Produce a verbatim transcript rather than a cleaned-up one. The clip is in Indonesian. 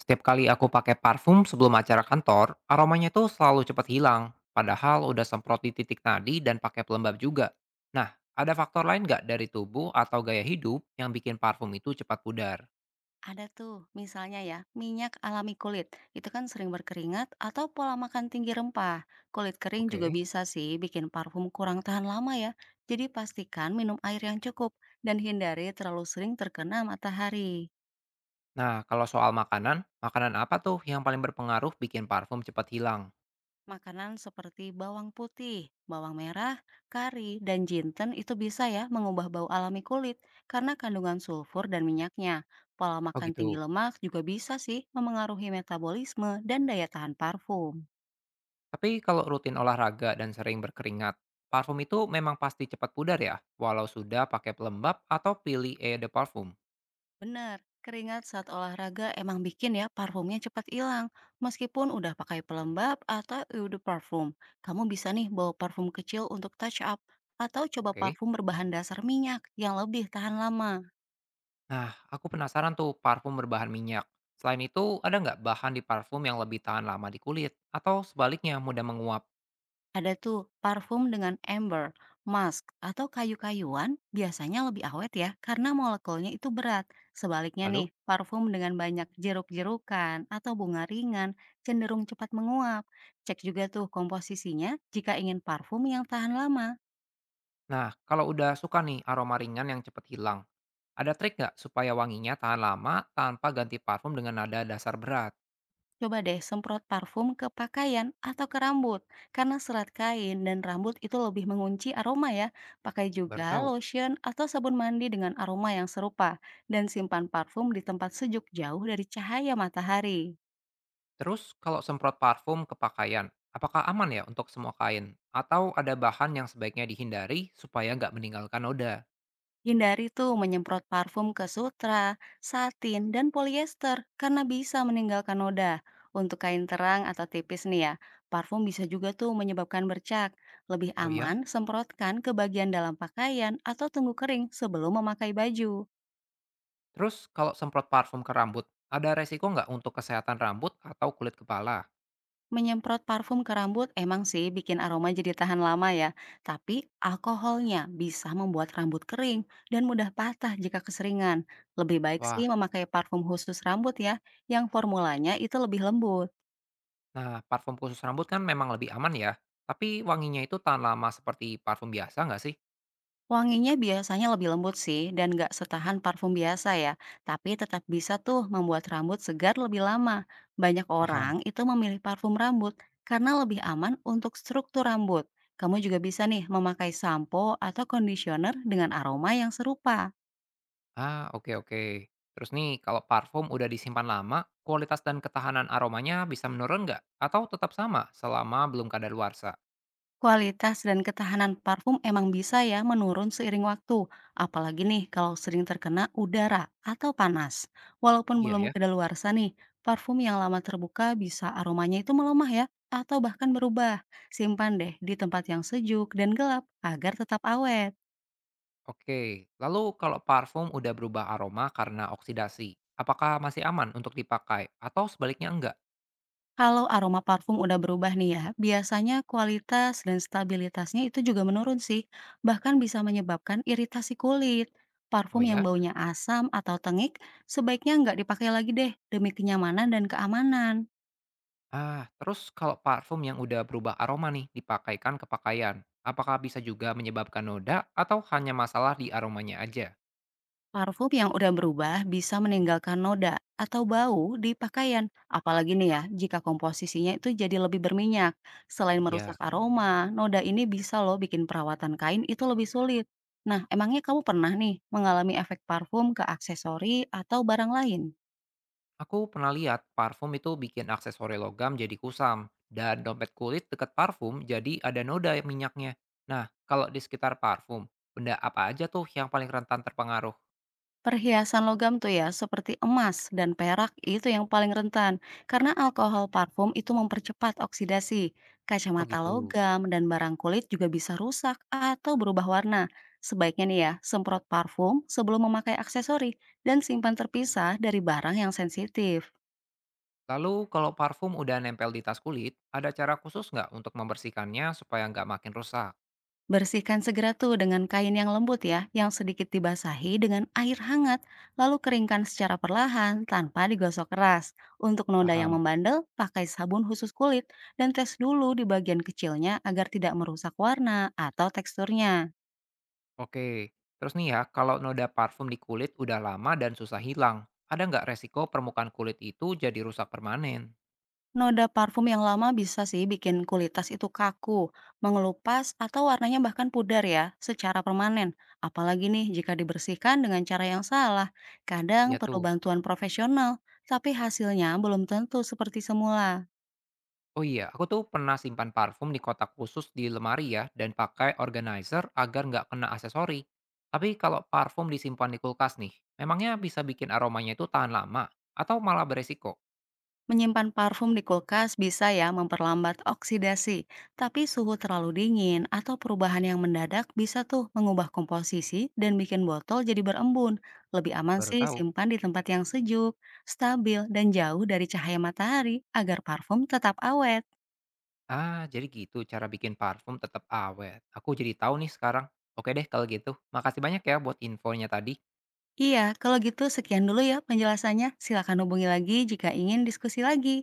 Setiap kali aku pakai parfum sebelum acara kantor, aromanya tuh selalu cepat hilang. Padahal udah semprot di titik nadi dan pakai pelembab juga. Nah, ada faktor lain nggak dari tubuh atau gaya hidup yang bikin parfum itu cepat pudar? Ada tuh, misalnya ya, minyak alami kulit. Itu kan sering berkeringat atau pola makan tinggi rempah. Kulit kering juga Oke. bisa sih bikin parfum kurang tahan lama ya. Jadi pastikan minum air yang cukup dan hindari terlalu sering terkena matahari. Nah, kalau soal makanan, makanan apa tuh yang paling berpengaruh bikin parfum cepat hilang? Makanan seperti bawang putih, bawang merah, kari, dan jinten itu bisa ya mengubah bau alami kulit karena kandungan sulfur dan minyaknya. Pola Oh makan tinggi gitu. lemak juga bisa sih memengaruhi metabolisme dan daya tahan parfum. Tapi kalau rutin olahraga dan sering berkeringat, parfum itu memang pasti cepat pudar ya, walau sudah pakai pelembab atau pilih eau de parfum. Benar, keringat saat olahraga emang bikin ya parfumnya cepat hilang. Meskipun udah pakai pelembab atau eau de parfum, kamu bisa nih bawa parfum kecil untuk touch up atau coba Oke. parfum berbahan dasar minyak yang lebih tahan lama. Nah, aku penasaran tuh parfum berbahan minyak. Selain itu, ada nggak bahan di parfum yang lebih tahan lama di kulit? Atau sebaliknya mudah menguap? Ada tuh parfum dengan amber, musk, atau kayu-kayuan biasanya lebih awet ya karena molekulnya itu berat. Sebaliknya nih, Lalu, parfum dengan banyak jeruk-jerukan atau bunga ringan cenderung cepat menguap. Cek juga tuh komposisinya jika ingin parfum yang tahan lama. nah kalau udah suka nih aroma ringan yang cepet hilang, ada trik nggak supaya wanginya tahan lama tanpa ganti parfum dengan nada dasar berat? Coba deh semprot parfum ke pakaian atau ke rambut, karena serat kain dan rambut itu lebih mengunci aroma ya. Pakai Baru juga tahu. lotion atau sabun mandi dengan aroma yang serupa, dan simpan parfum di tempat sejuk jauh dari cahaya matahari. Terus, kalau semprot parfum ke pakaian, apakah aman ya untuk semua kain? Atau ada bahan yang sebaiknya dihindari supaya nggak meninggalkan noda? Hindari tuh menyemprot parfum ke sutra, satin, dan polyester karena bisa meninggalkan noda. Untuk kain terang atau tipis nih ya, parfum bisa juga tuh menyebabkan bercak. Lebih Oh ya? aman semprotkan ke bagian dalam pakaian atau tunggu kering sebelum memakai baju. Terus kalau semprot parfum ke rambut, ada resiko nggak untuk kesehatan rambut atau kulit kepala? Menyemprot parfum ke rambut emang sih bikin aroma jadi tahan lama ya, tapi alkoholnya bisa membuat rambut kering dan mudah patah jika keseringan. Lebih baik Wah, sih memakai parfum khusus rambut ya, yang formulanya itu lebih lembut. nah parfum khusus rambut kan memang lebih aman ya. Tapi wanginya itu tahan lama seperti parfum biasa nggak sih? Wanginya biasanya lebih lembut sih dan nggak setahan parfum biasa ya, tapi tetap bisa tuh membuat rambut segar lebih lama. Banyak orang Paham. itu memilih parfum rambut karena lebih aman untuk struktur rambut. Kamu juga bisa nih memakai sampo atau conditioner dengan aroma yang serupa. Ah, oke, oke. Terus nih, kalau parfum udah disimpan lama, kualitas dan ketahanan aromanya bisa menurun nggak? Atau tetap sama selama belum kadaluarsa? Kualitas dan ketahanan parfum emang bisa ya menurun seiring waktu, apalagi nih kalau sering terkena udara atau panas. Walaupun Iya belum ya. kedaluarsa nih, parfum yang lama terbuka bisa aromanya itu melemah ya, atau bahkan berubah. Simpan deh di tempat yang sejuk dan gelap agar tetap awet. Oke, lalu kalau parfum udah berubah aroma karena oksidasi, apakah masih aman untuk dipakai atau sebaliknya enggak? Kalau aroma parfum udah berubah nih ya, biasanya kualitas dan stabilitasnya itu juga menurun sih, bahkan bisa menyebabkan iritasi kulit. Oh Parfum yang ya. baunya asam atau tengik sebaiknya nggak dipakai lagi deh demi kenyamanan dan keamanan. Ah, terus kalau parfum yang udah berubah aroma nih dipakaikan ke pakaian, apakah bisa juga menyebabkan noda atau hanya masalah di aromanya aja? Parfum yang udah berubah bisa meninggalkan noda atau bau di pakaian, apalagi nih ya jika komposisinya itu jadi lebih berminyak. Selain merusak Ya, aroma, noda ini bisa loh bikin perawatan kain itu lebih sulit. Nah, emangnya kamu pernah nih mengalami efek parfum ke aksesori atau barang lain? aku pernah lihat parfum itu bikin aksesori logam jadi kusam, dan dompet kulit dekat parfum jadi ada noda minyaknya. Nah, kalau di sekitar parfum, benda apa aja tuh yang paling rentan terpengaruh? Perhiasan logam tuh ya, seperti emas dan perak itu yang paling rentan karena alkohol parfum itu mempercepat oksidasi. Oh Kacamata gitu. logam dan barang kulit juga bisa rusak atau berubah warna. Sebaiknya nih ya, semprot parfum sebelum memakai aksesori dan simpan terpisah dari barang yang sensitif. Lalu kalau parfum udah nempel di tas kulit, ada cara khusus nggak untuk membersihkannya supaya nggak makin rusak? Bersihkan segera tuh dengan kain yang lembut ya, yang sedikit dibasahi dengan air hangat, lalu keringkan secara perlahan tanpa digosok keras. Untuk noda yang Paham. membandel, pakai sabun khusus kulit dan tes dulu di bagian kecilnya agar tidak merusak warna atau teksturnya. Oke, terus nih ya, kalau noda parfum di kulit udah lama dan susah hilang, ada nggak resiko permukaan kulit itu jadi rusak permanen? Noda parfum yang lama bisa sih bikin kulit tas itu kaku, mengelupas, atau warnanya bahkan pudar ya secara permanen. Apalagi nih jika dibersihkan dengan cara yang salah. Kadang Ya perlu tuh. bantuan profesional, tapi hasilnya belum tentu seperti semula. Oh iya, aku tuh pernah simpan parfum di kotak khusus di lemari ya, dan pakai organizer agar nggak kena aksesori. Tapi kalau parfum disimpan di kulkas nih, memangnya bisa bikin aromanya itu tahan lama? Atau malah beresiko? Menyimpan parfum di kulkas bisa ya memperlambat oksidasi, tapi suhu terlalu dingin atau perubahan yang mendadak bisa tuh mengubah komposisi dan bikin botol jadi berembun. Lebih aman Baru sih tahu. simpan di tempat yang sejuk, stabil, dan jauh dari cahaya matahari agar parfum tetap awet. Ah, jadi gitu cara bikin parfum tetap awet. Aku jadi tahu nih sekarang. Oke deh kalau gitu. Makasih banyak ya buat infonya tadi. Iya, kalau gitu sekian dulu ya penjelasannya. Silakan hubungi lagi jika ingin diskusi lagi.